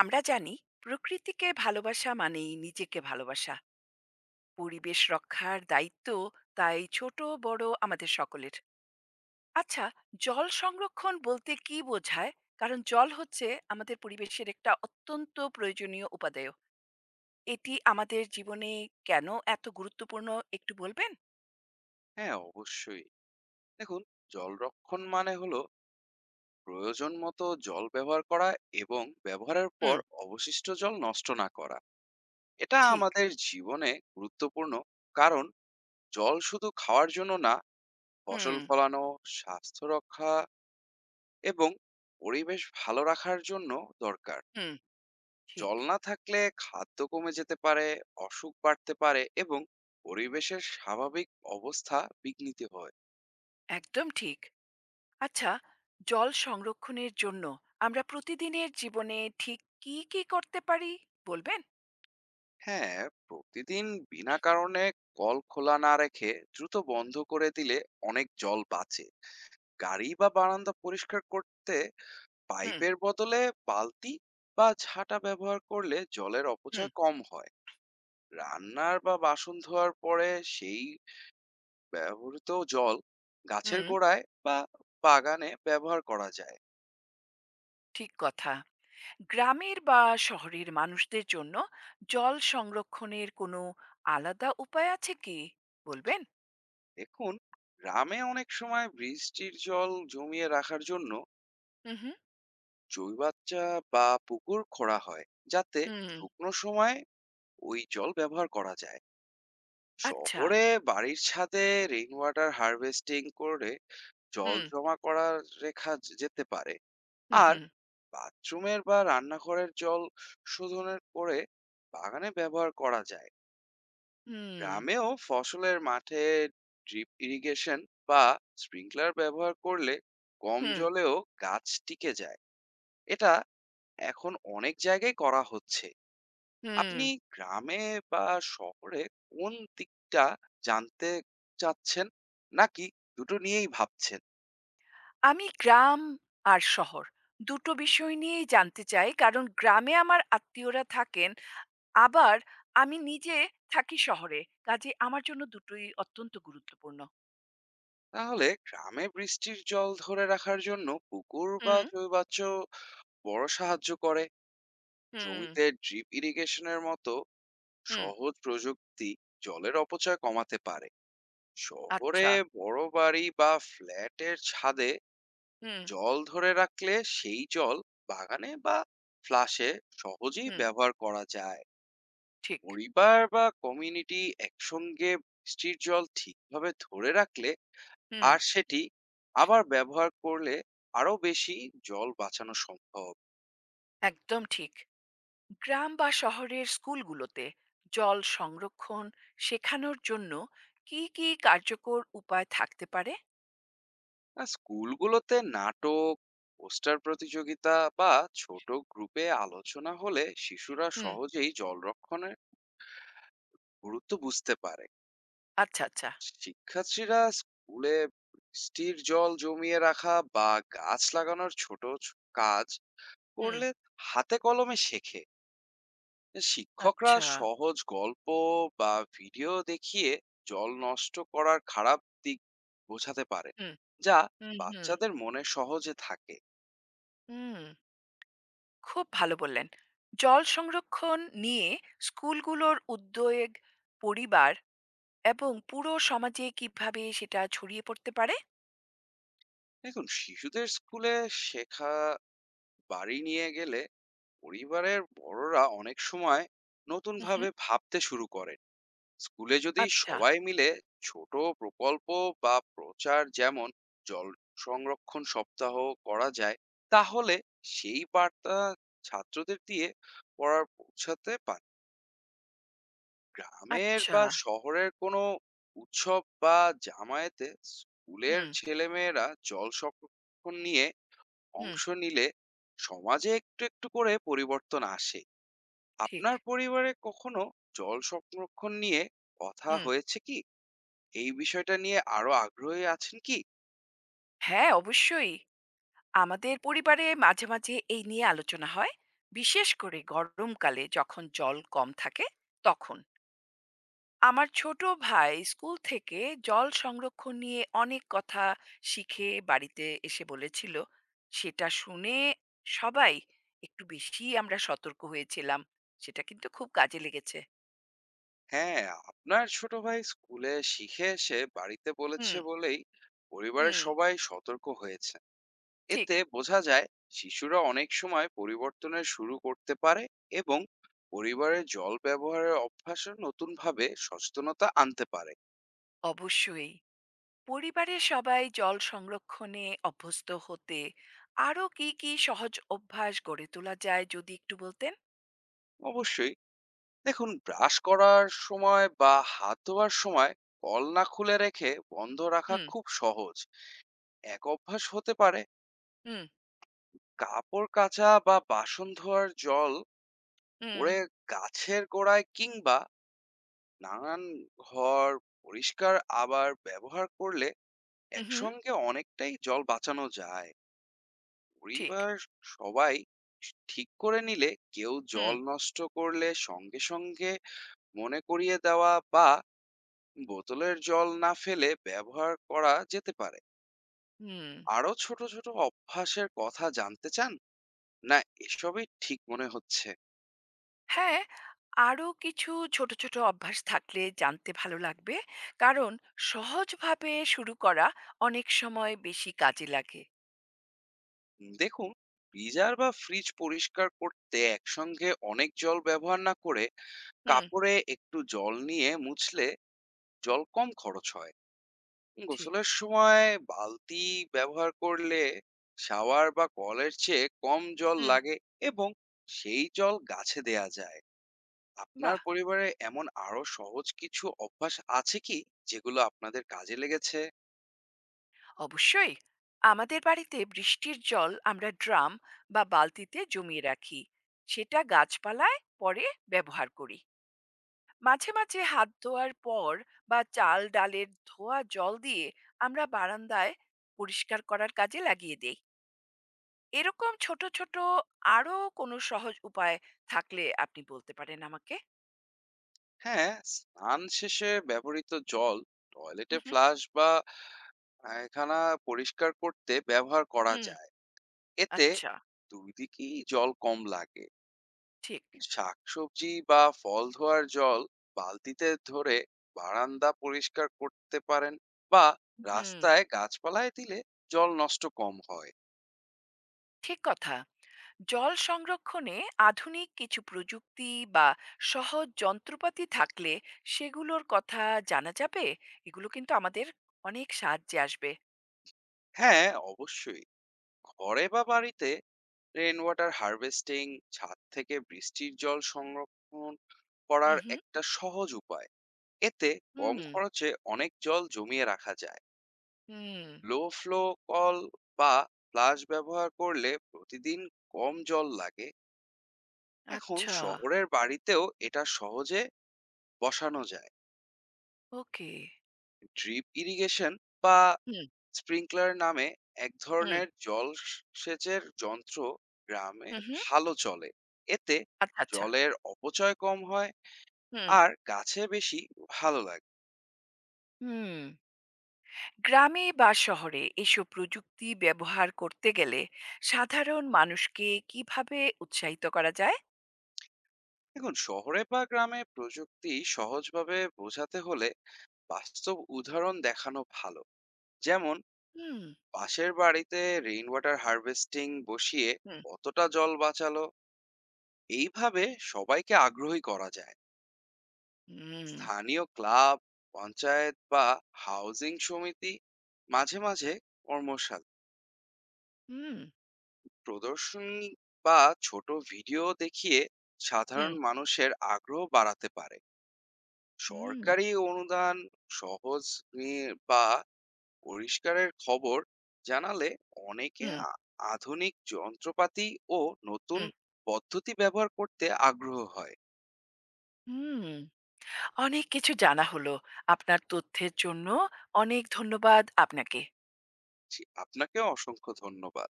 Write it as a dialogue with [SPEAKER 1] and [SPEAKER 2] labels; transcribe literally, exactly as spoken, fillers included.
[SPEAKER 1] আমরা জানি প্রকৃতিকে ভালোবাসা মানেই নিজেকে ভালোবাসা। পরিবেশ রক্ষার দায়িত্ব তাই ছোট বড় আমাদের সকলের। আচ্ছা, জল সংরক্ষণ বলতে কি বোঝায়? কারণ জল হচ্ছে আমাদের পরিবেশের একটা অত্যন্ত প্রয়োজনীয় উপাদেয়। এটি আমাদের জীবনে কেন এত গুরুত্বপূর্ণ একটু বলবেন?
[SPEAKER 2] হ্যাঁ, অবশ্যই। দেখুন, জল রক্ষণ মানে হলো প্রয়োজন মতো জল ব্যবহার করা এবং ব্যবহারের পর
[SPEAKER 1] হুম,
[SPEAKER 2] অবশিষ্ট জল নষ্ট না করা। এটা
[SPEAKER 1] ঠিক।
[SPEAKER 2] আমাদের জীবনে গুরুত্বপূর্ণ, কারণ জল শুধু খাওয়ার জন্য না,
[SPEAKER 1] হুম,
[SPEAKER 2] ফসল ফলানো, স্বাস্থ্য রক্ষা এবং পরিবেশ ভালো রাখার জন্য দরকার।
[SPEAKER 1] হুম, ঠিক।
[SPEAKER 2] জল না থাকলে খাদ্য কমে যেতে পারে, অসুখ বাড়তে পারে এবং পরিবেশের স্বাভাবিক অবস্থা বিঘ্নিত হয়।
[SPEAKER 1] একদম ঠিক। আচ্ছা, জল সংরক্ষণের জন্য আমরা প্রতিদিনের জীবনে ঠিক কি কি করতে পারি বলবেন?
[SPEAKER 2] হ্যাঁ, প্রতিদিন বিনা কারণে কল খোলা না রেখে দ্রুত বন্ধ করে দিলে অনেক জল বাঁচে। গাড়ি বা বারান্দা পরিষ্কার করতে
[SPEAKER 1] হুম,
[SPEAKER 2] পাইপের বদলে বালতি বা ঝাঁটা ব্যবহার করলে জলের
[SPEAKER 1] হুম,
[SPEAKER 2] অপচয় কম হয়। রান্নার বা বাসন ধোয়ার পরে সেই ব্যবহৃত জল গাছের
[SPEAKER 1] হুম,
[SPEAKER 2] গোড়ায় বা বাগানে ব্যবহার করা যায়।
[SPEAKER 1] ঠিক কথা। গ্রামের বা শহরের মানুষদের জন্য জল সংরক্ষণের কোনো আলাদা উপায় আছে কি? বলবেন?
[SPEAKER 2] দেখুন, গ্রামে অনেক সময় বৃষ্টির জল জমিয়ে রাখার জন্য
[SPEAKER 1] হুম, হুম,
[SPEAKER 2] চুইবাচ্চা বা পুকুর খোঁড়া হয়, যাতে
[SPEAKER 1] হুম,
[SPEAKER 2] শুকনো সময় ওই জল ব্যবহার করা যায়।
[SPEAKER 1] আচ্ছা।
[SPEAKER 2] শহরে বাড়ির ছাদে রেইন ওয়াটার হারভেস্টিং করে জল
[SPEAKER 1] হুম,
[SPEAKER 2] জমা করা রেখা যে- যেতে পারে।
[SPEAKER 1] হুম,
[SPEAKER 2] আর
[SPEAKER 1] হুম,
[SPEAKER 2] বাথরুমের বা রান্নাঘরের জল শোধনের করে বাগানে ব্যবহার করা যায়।
[SPEAKER 1] হুম,
[SPEAKER 2] গ্রামেও ফসলের মাঠে ড্রিপ ইরিগেশন বা স্প্রিংকলার ব্যবহার করলে কম
[SPEAKER 1] হুম,
[SPEAKER 2] জলেও গাছ টিকে যায়। এটা এখন অনেক জায়গায় করা হচ্ছে।
[SPEAKER 1] হুম।
[SPEAKER 2] আপনি গ্রামে বা শহরে কোন দিকটা জানতে চাচ্ছেন, নাকি দুটো নিয়েই ভাবছেন?
[SPEAKER 1] আমি গ্রাম আর শহর দু টো বিষয় নিয়েই জানতে চাই। কারণ গ্রামে আমার আত্মীয়রা থাকেন। আবার আমি নিজে থাকি শহরে। কাজেই আমার জন্য দু টোই অত্যন্ত গুরুত্বপূর্ণ।
[SPEAKER 2] তাহলে গ্রামে বৃষ্টির জল ধরে রাখার জন্য পুকুর বা
[SPEAKER 1] হুম,
[SPEAKER 2] জৈবাচ্য বড় সাহায্য করে।
[SPEAKER 1] হুম,
[SPEAKER 2] জমিতে ড্রিপ ইরিগেশনের মতো
[SPEAKER 1] হুম,
[SPEAKER 2] সহজ প্রযুক্তি জলের অপচয় কমাতে পারে। শহরে
[SPEAKER 1] আচ্ছা।
[SPEAKER 2] বড় বাড়ি বা ফ্ল্যাটের ছাদে
[SPEAKER 1] হুম।
[SPEAKER 2] জল ধরে রাখলে সেই জল বাগানে বা ফ্লাশে সহজেই
[SPEAKER 1] হুম,
[SPEAKER 2] ব্যবহার করা যায়।
[SPEAKER 1] ঠিক।
[SPEAKER 2] পরিবার বা কমিউনিটি একসঙ্গে বৃষ্টির জল ঠিকভাবে ধরে রাখলে
[SPEAKER 1] হুম,
[SPEAKER 2] আর সেটি আবার ব্যবহার করলে আরো বেশি জল বাঁচানো সম্ভব।
[SPEAKER 1] একদম ঠিক। গ্রাম বা শহরের স্কুলগুলোতে জল সংরক্ষণ শেখানোর জন্য কি, কি কার্যকর উপায় থাকতে পারে?
[SPEAKER 2] আর স্কুলগুলোতে নাটক, পোস্টার প্রতিযোগিতা বা ছোট গ্রুপে আলোচনা হলে শিশুরা
[SPEAKER 1] হুম,
[SPEAKER 2] সহজেই জল রক্ষণের গুরুত্ব বুঝতে পারে।
[SPEAKER 1] আচ্ছা, আচ্ছা।
[SPEAKER 2] শিক্ষার্থীরা স্কুলে বৃষ্টির জল জমিয়ে রাখা বা গাছ লাগানোর ছোট ছ- কাজ
[SPEAKER 1] হুম,
[SPEAKER 2] করলে হাতে কলমে শেখে। শিক্ষকরা
[SPEAKER 1] আচ্ছা।
[SPEAKER 2] সহজ গল্প বা ভিডিও দেখিয়ে জল নষ্ট করার খারাপ দিক বোঝাতে পারে,
[SPEAKER 1] হুম,
[SPEAKER 2] যা
[SPEAKER 1] হুম, হুম,
[SPEAKER 2] বাচ্চাদের মনে সহজে থাকে।
[SPEAKER 1] হুম। খুব ভালো বললেন। জল সংরক্ষণ নিয়ে স্কুলগুলোর উদ্যোগ, পরিবার এবং পুরো সমাজে কিভাবে সেটা ছড়িয়ে পড়তে পারে?
[SPEAKER 2] দেখুন, শিশুদের স্কুলে শেখা বাড়ি নিয়ে গেলে পরিবারের বড়রা অনেক সময় নতুন
[SPEAKER 1] হুম, হুম।
[SPEAKER 2] ভাবে ভাবতে শুরু করে। স্কুলে যদি
[SPEAKER 1] আচ্ছা,
[SPEAKER 2] সবাই মিলে ছোট প্রকল্প বা প্রচার, যেমন জল সংরক্ষণ সপ্তাহ করা যায়, তাহলে সেই বার্তা ছাত্রদের দিয়ে পড়ার পৌঁছাতে পারে। গ্রামের
[SPEAKER 1] আচ্ছা।
[SPEAKER 2] বা শহরের কোনো উৎসব বা জামায়াতে স্কুলের
[SPEAKER 1] হুম,
[SPEAKER 2] ছেলেমেয়েরা জল সংরক্ষণ নিয়ে
[SPEAKER 1] হুম,
[SPEAKER 2] অংশ নিলে সমাজে একটু একটু করে পরিবর্তন আসে।
[SPEAKER 1] ঠিক।
[SPEAKER 2] আপনার পরিবারে কখনো জল সংরক্ষণ নিয়ে কথা
[SPEAKER 1] হুম।
[SPEAKER 2] হয়েছে কি? এই বিষয়টা নিয়ে আরো আগ্রহী আছেন কি?
[SPEAKER 1] হ্যাঁ, অবশ্যই। আমাদের পরিবারে মাঝে, মাঝে এই নিয়ে আলোচনা হয়। বিশেষ করে গরমকালে যখন জল কম থাকে তখন। আমার ছোট ভাই স্কুল থেকে জল সংরক্ষণ নিয়ে অনেক কথা শিখে বাড়িতে এসে বলেছিল। সেটা শুনে সবাই একটু বেশিই আমরা সতর্ক হয়েছিলাম। সেটা কিন্তু খুব কাজে লেগেছে।
[SPEAKER 2] হ্যাঁ, আপনার ছোট ভাই স্কুলে শিখে এসে বাড়িতে বলেছে
[SPEAKER 1] হুম,
[SPEAKER 2] বলেই পরিবারের
[SPEAKER 1] হুম,
[SPEAKER 2] সবাই সতর্ক হয়েছে।
[SPEAKER 1] ঠিক।
[SPEAKER 2] এতে বোঝা যায় শিশুরা অনেক সময় পরিবর্তনের শুরু করতে পারে এবং পরিবারের জল ব্যবহারের অভ্যাসে নতুনভাবে সচেতনতা আনতে পারে।
[SPEAKER 1] অবশ্যই। পরিবারের সবাই জল সংরক্ষণে অভ্যস্ত হতে আরো কি কি সহজ অভ্যাস গড়ে তোলা যায় যদি একটু বলতেন।
[SPEAKER 2] অবশ্যই। দেখুন, ব্রাশ করার সময় বা হাত ধোয়ার সময় কল না খুলে রেখে বন্ধ রাখা
[SPEAKER 1] হুম,
[SPEAKER 2] খুব সহজ। এক অভ্যাস হতে পারে।
[SPEAKER 1] হুম,
[SPEAKER 2] কাপড় কাচা বা বাসন ধোয়ার জল
[SPEAKER 1] হুম,
[SPEAKER 2] পড়ে গাছের গোড়ায় কিংবা নানান ঘর পরিষ্কার আবার ব্যবহার করলে
[SPEAKER 1] হুম, হুম,
[SPEAKER 2] একসঙ্গে অনেকটাই জল বাঁচানো যায়।
[SPEAKER 1] ঠিক।
[SPEAKER 2] পরিবার সবাই ঠিক করে নিলে কেউ
[SPEAKER 1] হুম,
[SPEAKER 2] জল নষ্ট করলে সঙ্গে সঙ্গে মনে করিয়ে দেওয়া বা বোতলের জল না ফেলে ব্যবহার করা যেতে পারে।
[SPEAKER 1] হুম।
[SPEAKER 2] আরো ছোট ছোট অভ্যাসের কথা জানতে চান, না এসবই ঠিক মনে হচ্ছে?
[SPEAKER 1] হ্যাঁ, আরো কিছু ছোট ছোট অভ্যাস থাকলে জানতে ভালো লাগবে। কারণ সহজভাবে শুরু করা অনেক সময় বেশি কাজে লাগে।
[SPEAKER 2] দেখুন, ফ্রিজার বা ফ্রিজ পরিষ্কার করতে একসঙ্গে অনেক জল ব্যবহার না করে
[SPEAKER 1] হুম,
[SPEAKER 2] কাপড়ে একটু জল নিয়ে মুছলে জল কম খরচ হয়।
[SPEAKER 1] ঠিক।
[SPEAKER 2] গোসলের সময় বালতি ব্যবহার করলে শাওয়ার বা কলের চেয়ে কম জল
[SPEAKER 1] হুম।
[SPEAKER 2] লাগে, এবং সেই জল গাছে দেয়া যায়। আপনার
[SPEAKER 1] বাহ,
[SPEAKER 2] পরিবারে এমন আরো সহজ কিছু অভ্যাস আছে কি, যেগুলো আপনাদের কাজে লেগেছে?
[SPEAKER 1] অবশ্যই। আমাদের বাড়িতে বৃষ্টির জল আমরা ড্রাম বা বালতিতে জমিয়ে রাখি, সেটা গাছপালায় পরে ব্যবহার করি। মাঝে মাঝে হাত ধোয়ার পর বা চাল ডালের ধোয়া জল দিয়ে আমরা বারান্দায় পরিষ্কার করার কাজে লাগিয়ে দেই। এরকম ছোট ছোট আরো কোনো সহজ উপায় থাকলে আপনি বলতে পারেন আমাকে।
[SPEAKER 2] হ্যাঁ, স্নান শেষে ব্যবহৃত জল টয়লেটে
[SPEAKER 1] হুম,
[SPEAKER 2] ফ্লাশ বা পায়খানা পরিষ্কার করতে ব্যবহার করা
[SPEAKER 1] হুম,
[SPEAKER 2] যায়। এতে
[SPEAKER 1] আচ্ছা,
[SPEAKER 2] দুই দিকেই জল কম লাগে।
[SPEAKER 1] ঠিক।
[SPEAKER 2] শাকসবজি বা ফল ধোয়ার জল বালতিতে ধরে বারান্দা পরিষ্কার করতে পারেন, বা
[SPEAKER 1] হুম,
[SPEAKER 2] রাস্তায় গাছপালায় দিলে জল নষ্ট কম হয়।
[SPEAKER 1] ঠিক কথা। জল সংরক্ষণে আধুনিক কিছু প্রযুক্তি বা সহজ যন্ত্রপাতি থাকলে সেগুলোর কথা জানা যাবে। এগুলো কিন্তু আমাদের অনেক সাহায্যে আসবে।
[SPEAKER 2] হ্যাঁ, অবশ্যই। ঘরে বা বাড়িতে রেন ওয়াটার হারভেস্টিং ছাদ থেকে বৃষ্টির জল সংরক্ষণ
[SPEAKER 1] হুম,
[SPEAKER 2] করার
[SPEAKER 1] হুম,
[SPEAKER 2] একটা সহজ উপায়। এতে কম
[SPEAKER 1] হুম,
[SPEAKER 2] খরচে অনেক জল জমিয়ে রাখা যায়।
[SPEAKER 1] হুম,
[SPEAKER 2] লো ফ্লো কল বা ফ্লাশ ব্যবহার করলে প্রতিদিন কম জল লাগে। এখন
[SPEAKER 1] আচ্ছা,
[SPEAKER 2] শহরের বাড়িতেও এটা সহজে বসানো যায়।
[SPEAKER 1] ওকে,
[SPEAKER 2] ড্রিপ ইরিগেশন বা
[SPEAKER 1] হুম,
[SPEAKER 2] স্প্রিংকলার নামে এক
[SPEAKER 1] হুম,
[SPEAKER 2] ধরনের জল সেচের যন্ত্র গ্রামে
[SPEAKER 1] হুম, হুম,
[SPEAKER 2] ভালো চলে। এতে
[SPEAKER 1] আচ্ছা, আচ্ছা,
[SPEAKER 2] জলের অপচয় কম হয়
[SPEAKER 1] হুম,
[SPEAKER 2] আর গাছে বেশি ভালো লাগে।
[SPEAKER 1] হুম। গ্রামে বা শহরে এসব প্রযুক্তি ব্যবহার করতে গেলে সাধারণ মানুষকে কিভাবে উৎসাহিত করা যায়?
[SPEAKER 2] এখন শহরে বা গ্রামে প্রযুক্তি সহজভাবে বোঝাতে হলে বাস্তব উদাহরণ দেখানো ভালো। যেমন
[SPEAKER 1] হুম,
[SPEAKER 2] পাশের বাড়িতে রেইন ওয়াটার হারভেস্টিং বসিয়ে
[SPEAKER 1] হুম,
[SPEAKER 2] কতটা জল বাঁচালো, এইভাবে সবাইকে আগ্রহী করা যায়।
[SPEAKER 1] হুম,
[SPEAKER 2] স্থানীয় ক্লাব, পঞ্চায়েত বা হাউজিং সমিতি মাঝে মাঝে কর্মশালা,
[SPEAKER 1] হুম,
[SPEAKER 2] প্রদর্শনী বা ছোট ভিডিও দেখিয়ে সাধারণ
[SPEAKER 1] হুম,
[SPEAKER 2] মানুষের আগ্রহ বাড়াতে পারে।
[SPEAKER 1] হুম,
[SPEAKER 2] সরকারি অনুদান সহজ নিয়ে বা পরিষ্কারের খবর জানালে অনেকে
[SPEAKER 1] হুম,
[SPEAKER 2] আ- আধুনিক যন্ত্রপাতি ও নতুন
[SPEAKER 1] হুম,
[SPEAKER 2] পদ্ধতি ব্যবহার করতে আগ্রহ হয়।
[SPEAKER 1] হুম, অনেক কিছু জানা হলো। আপনার তথ্যের জন্য অনেক ধন্যবাদ আপনাকে।
[SPEAKER 2] জি, আপনাকে অসংখ্য ধন্যবাদ।